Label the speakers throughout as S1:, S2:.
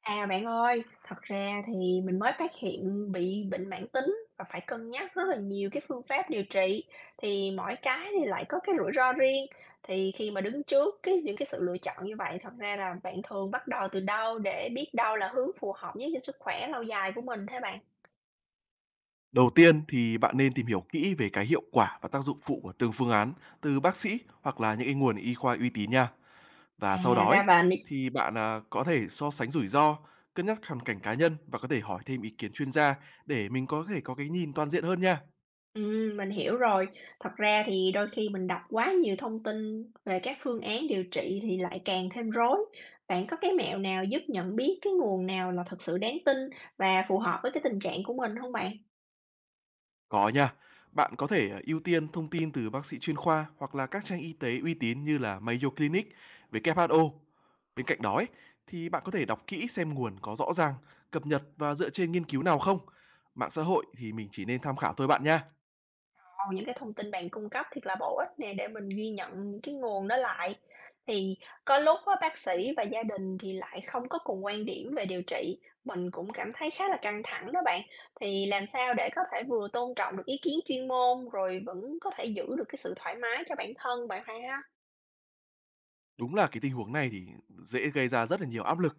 S1: À, bạn ơi, thật ra thì mình mới phát hiện bị bệnh mãn tính và phải cân nhắc rất là nhiều cái phương pháp điều trị, thì mỗi cái thì lại có cái rủi ro riêng. Thì khi mà đứng trước những cái sự lựa chọn như vậy, thật ra là bạn thường bắt đầu từ đâu để biết đâu là hướng phù hợp nhất cho sức khỏe lâu dài của mình thế bạn?
S2: Đầu tiên thì bạn nên tìm hiểu kỹ về cái hiệu quả và tác dụng phụ của từng phương án từ bác sĩ hoặc là những cái nguồn y khoa uy tín nha. Và sau
S1: À,
S2: đó
S1: ra
S2: ấy,
S1: là.
S2: thì bạn có thể so sánh rủi ro, cân nhắc hoàn cảnh cá nhân và có thể hỏi thêm ý kiến chuyên gia để mình có thể có cái nhìn toàn diện hơn nha.
S1: Mình hiểu rồi. Thật ra thì đôi khi mình đọc quá nhiều thông tin về các phương án điều trị thì lại càng thêm rối. Bạn có cái mẹo nào giúp nhận biết cái nguồn nào là thật sự đáng tin và phù hợp với cái tình trạng của mình không bạn?
S2: Có nha. Bạn có thể, ưu tiên thông tin từ bác sĩ chuyên khoa hoặc là các trang y tế uy tín như là Mayo Clinic, WHO. Bên cạnh đó ấy, thì bạn có thể đọc kỹ xem nguồn có rõ ràng, cập nhật và dựa trên nghiên cứu nào không. Mạng xã hội thì mình chỉ nên tham khảo thôi bạn nha.
S1: Wow, những cái thông tin bạn cung cấp thiệt là bổ ích nè, để mình ghi nhận những cái nguồn đó lại. Thì có lúc á, bác sĩ và gia đình thì lại không có cùng quan điểm về điều trị, mình cũng cảm thấy khá là căng thẳng đó bạn. Thì làm sao để có thể vừa tôn trọng được ý kiến chuyên môn rồi vẫn có thể giữ được cái sự thoải mái cho bản thân bạn ha?
S2: Đúng là cái tình huống này thì dễ gây ra rất là nhiều áp lực.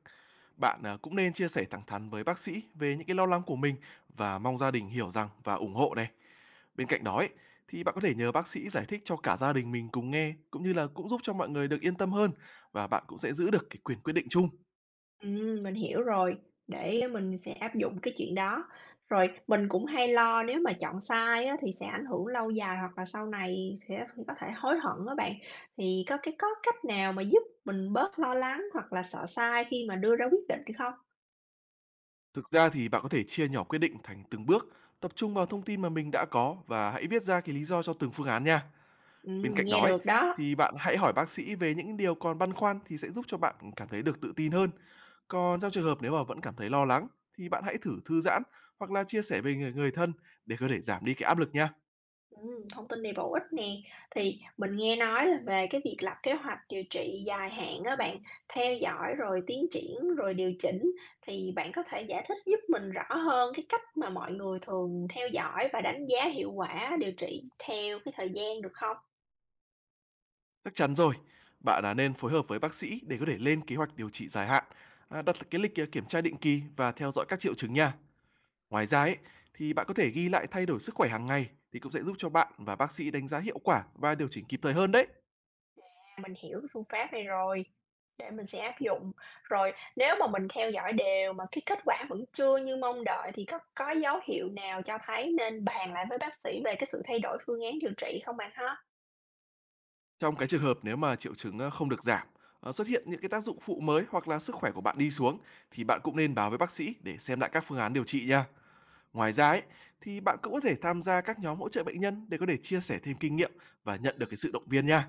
S2: Bạn, cũng nên chia sẻ thẳng thắn với bác sĩ về những cái lo lắng của mình và mong gia đình hiểu rằng và ủng hộ này. Bên cạnh đó ấy, thì bạn có thể nhờ bác sĩ giải thích cho cả gia đình mình cùng nghe, cũng như là cũng giúp cho mọi người được yên tâm hơn và bạn cũng sẽ giữ được cái quyền quyết định chung.
S1: Mình hiểu rồi, để mình sẽ áp dụng cái chuyện đó. Rồi mình cũng hay lo nếu mà chọn sai á, thì sẽ ảnh hưởng lâu dài hoặc là sau này sẽ có thể hối hận đó bạn. Thì có cách nào mà giúp mình bớt lo lắng hoặc là sợ sai khi mà đưa ra quyết định không?
S2: Thực ra thì bạn có thể chia nhỏ quyết định thành từng bước, tập trung vào thông tin mà mình đã có và hãy viết ra cái lý do cho từng phương án nha. Bên cạnh
S1: Nghe
S2: đó ấy,
S1: được đó.
S2: thì bạn hãy hỏi bác sĩ về những điều còn băn khoăn thì sẽ giúp cho bạn cảm thấy được tự tin hơn. Còn trong trường hợp nếu mà vẫn cảm thấy lo lắng thì bạn hãy thử thư giãn hoặc là chia sẻ với người người thân để có thể giảm đi cái áp lực nha.
S1: Thông tin này bổ ích nè. Thì mình nghe nói là về cái việc lập kế hoạch điều trị dài hạn đó bạn, theo dõi rồi tiến triển, rồi điều chỉnh, thì bạn có thể giải thích giúp mình rõ hơn cái cách mà mọi người thường theo dõi và đánh giá hiệu quả điều trị theo cái thời gian được không?
S2: Chắc chắn rồi, bạn nên phối hợp với bác sĩ để có thể lên kế hoạch điều trị dài hạn, đặt cái lịch, kiểm tra định kỳ và theo dõi các triệu chứng nha. Ngoài ra ấy, thì bạn có thể ghi lại thay đổi sức khỏe hàng ngày thì cũng sẽ giúp cho bạn và bác sĩ đánh giá hiệu quả và điều chỉnh kịp thời hơn đấy.
S1: À, mình hiểu cái phương pháp này rồi, để mình sẽ áp dụng. Rồi nếu mà mình theo dõi đều mà cái kết quả vẫn chưa như mong đợi thì có dấu hiệu nào cho thấy nên bàn lại với bác sĩ về cái sự thay đổi phương án điều trị không bạn ha?
S2: Trong cái trường hợp nếu mà triệu chứng, không được giảm, xuất hiện những cái tác dụng phụ mới hoặc là sức khỏe của bạn đi xuống, thì bạn cũng nên báo với bác sĩ để xem lại các phương án điều trị nha. Ngoài ra ấy, thì bạn cũng có thể tham gia các nhóm hỗ trợ bệnh nhân để có thể chia sẻ thêm kinh nghiệm và nhận được cái sự động viên nha.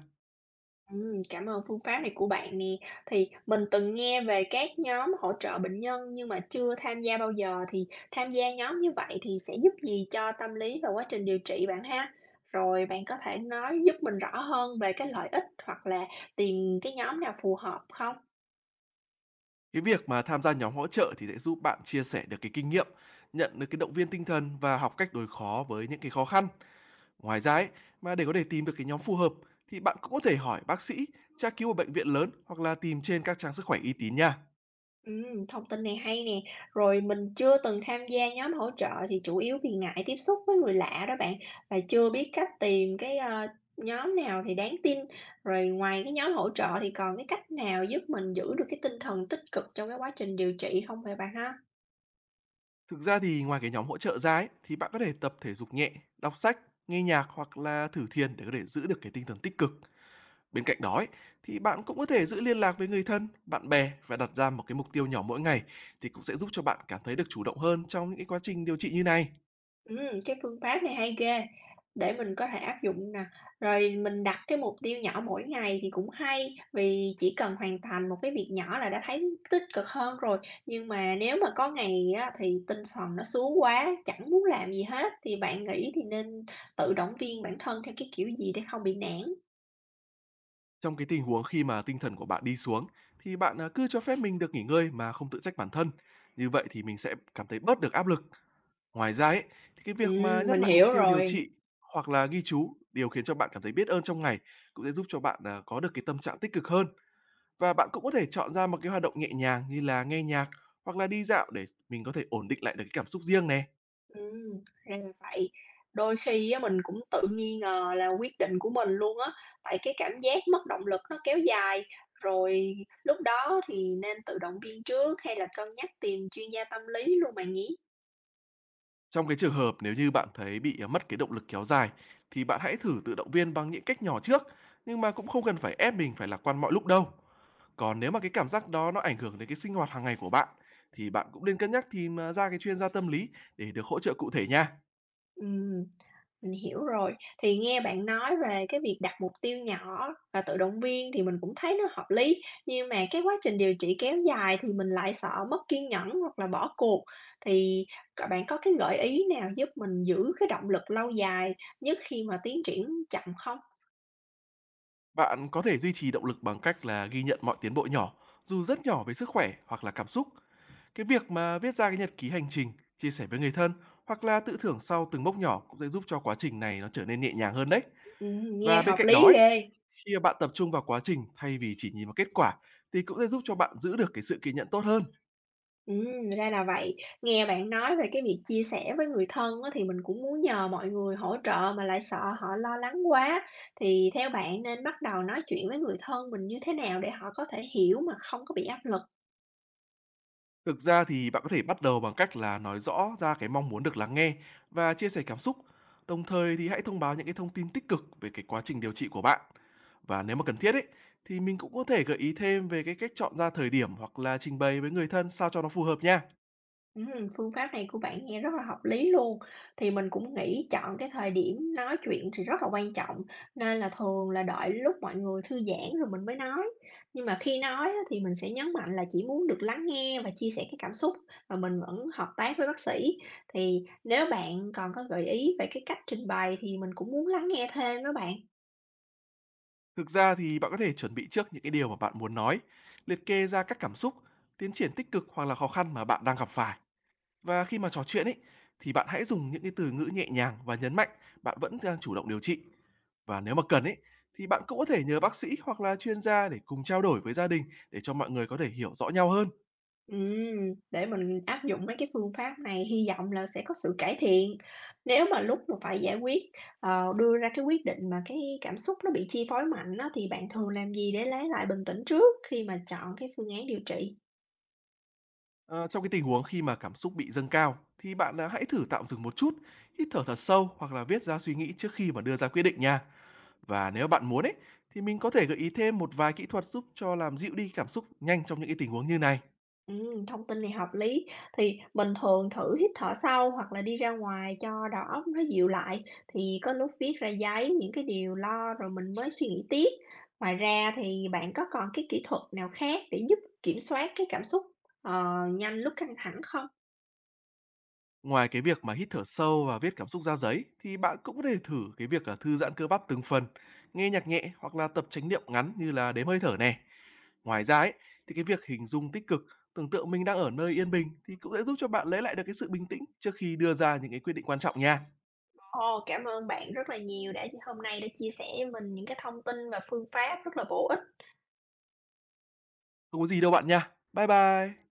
S1: Cảm ơn phương pháp này của bạn nè. Thì mình từng nghe về các nhóm hỗ trợ bệnh nhân nhưng mà chưa tham gia bao giờ, thì tham gia nhóm như vậy thì sẽ giúp gì cho tâm lý và quá trình điều trị bạn ha? Rồi bạn có thể nói giúp mình rõ hơn về cái lợi ích hoặc là tìm cái nhóm nào phù hợp không?
S2: Cái việc mà tham gia nhóm hỗ trợ thì sẽ giúp bạn chia sẻ được cái kinh nghiệm, nhận được cái động viên tinh thần và học cách đối khó với những cái khó khăn. Ngoài ra ấy, mà để có thể tìm được cái nhóm phù hợp thì bạn cũng có thể hỏi bác sĩ, tra cứu ở bệnh viện lớn hoặc là tìm trên các trang sức khỏe uy tín nha.
S1: Thông tin này hay nè. Rồi mình chưa từng tham gia nhóm hỗ trợ thì chủ yếu vì ngại tiếp xúc với người lạ đó bạn, và chưa biết cách tìm cái nhóm nào thì đáng tin. Rồi ngoài cái nhóm hỗ trợ thì còn cái cách nào giúp mình giữ được cái tinh thần tích cực trong cái quá trình điều trị không vậy bạn ha?
S2: Thực ra thì ngoài cái nhóm hỗ trợ ra ấy, thì bạn có thể tập thể dục nhẹ, đọc sách, nghe nhạc hoặc là thử thiền để có thể giữ được cái tinh thần tích cực. Bên cạnh đó ấy, thì bạn cũng có thể giữ liên lạc với người thân, bạn bè và đặt ra một cái mục tiêu nhỏ mỗi ngày thì cũng sẽ giúp cho bạn cảm thấy được chủ động hơn trong những cái quá trình điều trị như này.
S1: Cái phương pháp này hay ghê, để mình có thể áp dụng nè. Rồi mình đặt cái mục tiêu nhỏ mỗi ngày thì cũng hay, vì chỉ cần hoàn thành một cái việc nhỏ là đã thấy tích cực hơn rồi. Nhưng mà nếu mà có ngày á, thì tinh thần nó xuống quá, chẳng muốn làm gì hết, thì bạn nghĩ thì nên tự động viên bản thân theo cái kiểu gì để không bị nản?
S2: Trong cái tình huống khi mà tinh thần của bạn đi xuống thì bạn cứ cho phép mình được nghỉ ngơi mà không tự trách bản thân. Như vậy thì mình sẽ cảm thấy bớt được áp lực. Ngoài ra ấy, thì cái việc mà nhắc
S1: Mình
S2: lại mục
S1: hiểu
S2: tiêu điều
S1: rồi.
S2: trị hoặc là ghi chú điều khiến cho bạn cảm thấy biết ơn trong ngày cũng sẽ giúp cho bạn có được cái tâm trạng tích cực hơn và bạn cũng có thể chọn ra một cái hoạt động nhẹ nhàng như là nghe nhạc hoặc là đi dạo để mình có thể ổn định lại được cái cảm xúc riêng này.
S1: Ừm, ra là vậy. Đôi khi á, mình cũng tự nghi ngờ là quyết định của mình luôn á, tại cái cảm giác mất động lực nó kéo dài, rồi lúc đó thì nên tự động viên trước hay là cân nhắc tìm chuyên gia tâm lý luôn bạn nhỉ?
S2: Trong cái trường hợp nếu như bạn thấy bị mất cái động lực kéo dài thì bạn hãy thử tự động viên bằng những cách nhỏ trước nhưng mà cũng không cần phải ép mình phải lạc quan mọi lúc đâu. Còn nếu mà cái cảm giác đó nó ảnh hưởng đến cái sinh hoạt hàng ngày của bạn, thì bạn cũng nên cân nhắc tìm, ra cái chuyên gia tâm lý để được hỗ trợ cụ thể nha.
S1: Ừm. Mình hiểu rồi. Thì nghe bạn nói về cái việc đặt mục tiêu nhỏ và tự động viên thì mình cũng thấy nó hợp lý, nhưng mà cái quá trình điều trị kéo dài thì mình lại sợ mất kiên nhẫn hoặc là bỏ cuộc. Thì bạn có cái gợi ý nào giúp mình giữ cái động lực lâu dài, nhất khi mà tiến triển chậm không?
S2: Bạn có thể duy trì động lực bằng cách là ghi nhận mọi tiến bộ nhỏ, dù rất nhỏ về sức khỏe hoặc là cảm xúc. Cái việc mà viết ra cái nhật ký hành trình, chia sẻ với người thân hoặc là tự thưởng sau từng mốc nhỏ cũng sẽ giúp cho quá trình này nó trở nên nhẹ nhàng hơn đấy.
S1: Nghe
S2: Và bên
S1: hợp
S2: cạnh đó
S1: lý
S2: ấy,
S1: ghê!
S2: khi mà bạn tập trung vào quá trình thay vì chỉ nhìn vào kết quả thì cũng sẽ giúp cho bạn giữ được cái sự kiên nhẫn tốt hơn.
S1: Ra là vậy. Nghe bạn nói về cái việc chia sẻ với người thân á, thì mình cũng muốn nhờ mọi người hỗ trợ mà lại sợ họ lo lắng quá. Thì theo bạn nên bắt đầu nói chuyện với người thân mình như thế nào để họ có thể hiểu mà không có bị áp lực?
S2: Thực ra thì bạn có thể bắt đầu bằng cách là nói rõ ra cái mong muốn được lắng nghe và chia sẻ cảm xúc. Đồng thời thì hãy thông báo những cái thông tin tích cực về cái quá trình điều trị của bạn. Và nếu mà cần thiết ấy thì mình cũng có thể gợi ý thêm về cái cách chọn ra thời điểm hoặc là trình bày với người thân sao cho nó phù hợp nha.
S1: Phương pháp này của bạn nghe rất là hợp lý luôn. Thì mình cũng nghĩ chọn cái thời điểm nói chuyện thì rất là quan trọng, nên là thường là đợi lúc mọi người thư giãn rồi mình mới nói. Nhưng mà khi nói á, thì mình sẽ nhấn mạnh là chỉ muốn được lắng nghe và chia sẻ cái cảm xúc, và mình vẫn hợp tác với bác sĩ. Thì nếu bạn còn có gợi ý về cái cách trình bày thì mình cũng muốn lắng nghe thêm đó bạn.
S2: Thực ra thì bạn có thể chuẩn bị trước những cái điều mà bạn muốn nói, liệt kê ra các cảm xúc, tiến triển tích cực hoặc là khó khăn mà bạn đang gặp phải. Và khi mà trò chuyện ấy thì bạn hãy dùng những cái từ ngữ nhẹ nhàng và nhấn mạnh bạn vẫn đang chủ động điều trị. Và nếu mà cần ấy, thì bạn cũng có thể nhờ bác sĩ hoặc là chuyên gia để cùng trao đổi với gia đình để cho mọi người có thể hiểu rõ nhau hơn.
S1: Để mình áp dụng mấy cái phương pháp này, hy vọng là sẽ có sự cải thiện. Nếu mà lúc mà phải giải quyết, đưa ra cái quyết định mà cái cảm xúc nó bị chi phối mạnh á, thì bạn thường làm gì để lấy lại bình tĩnh trước khi mà chọn cái phương án điều trị?
S2: Ờ, trong cái tình huống khi mà cảm xúc bị dâng cao thì bạn hãy thử tạm dừng một chút, hít thở thật sâu hoặc là viết ra suy nghĩ trước khi mà đưa ra quyết định nha. Và nếu bạn muốn ấy thì mình có thể gợi ý thêm một vài kỹ thuật giúp cho làm dịu đi cảm xúc nhanh trong những cái tình huống như này.
S1: Thông tin này hợp lý. Thì mình thường thử hít thở sâu hoặc là đi ra ngoài cho đầu óc nó dịu lại, thì có lúc viết ra giấy những cái điều lo rồi mình mới suy nghĩ tiếp. Ngoài ra thì bạn có còn cái kỹ thuật nào khác để giúp kiểm soát cái cảm xúc, ờ, nhanh lúc căng thẳng không?
S2: Ngoài cái việc mà hít thở sâu và viết cảm xúc ra giấy thì bạn cũng có thể thử cái việc là thư giãn cơ bắp từng phần, nghe nhạc nhẹ hoặc là tập chánh niệm ngắn như là đếm hơi thở này. Ngoài ra ấy, thì cái việc hình dung tích cực, tưởng tượng mình đang ở nơi yên bình thì cũng sẽ giúp cho bạn lấy lại được cái sự bình tĩnh trước khi đưa ra những cái quyết định quan trọng nha.
S1: Ồ, cảm ơn bạn rất là nhiều, đã hôm nay đã chia sẻ với mình những cái thông tin và phương pháp rất là bổ ích.
S2: Không có gì đâu bạn nha. Bye bye.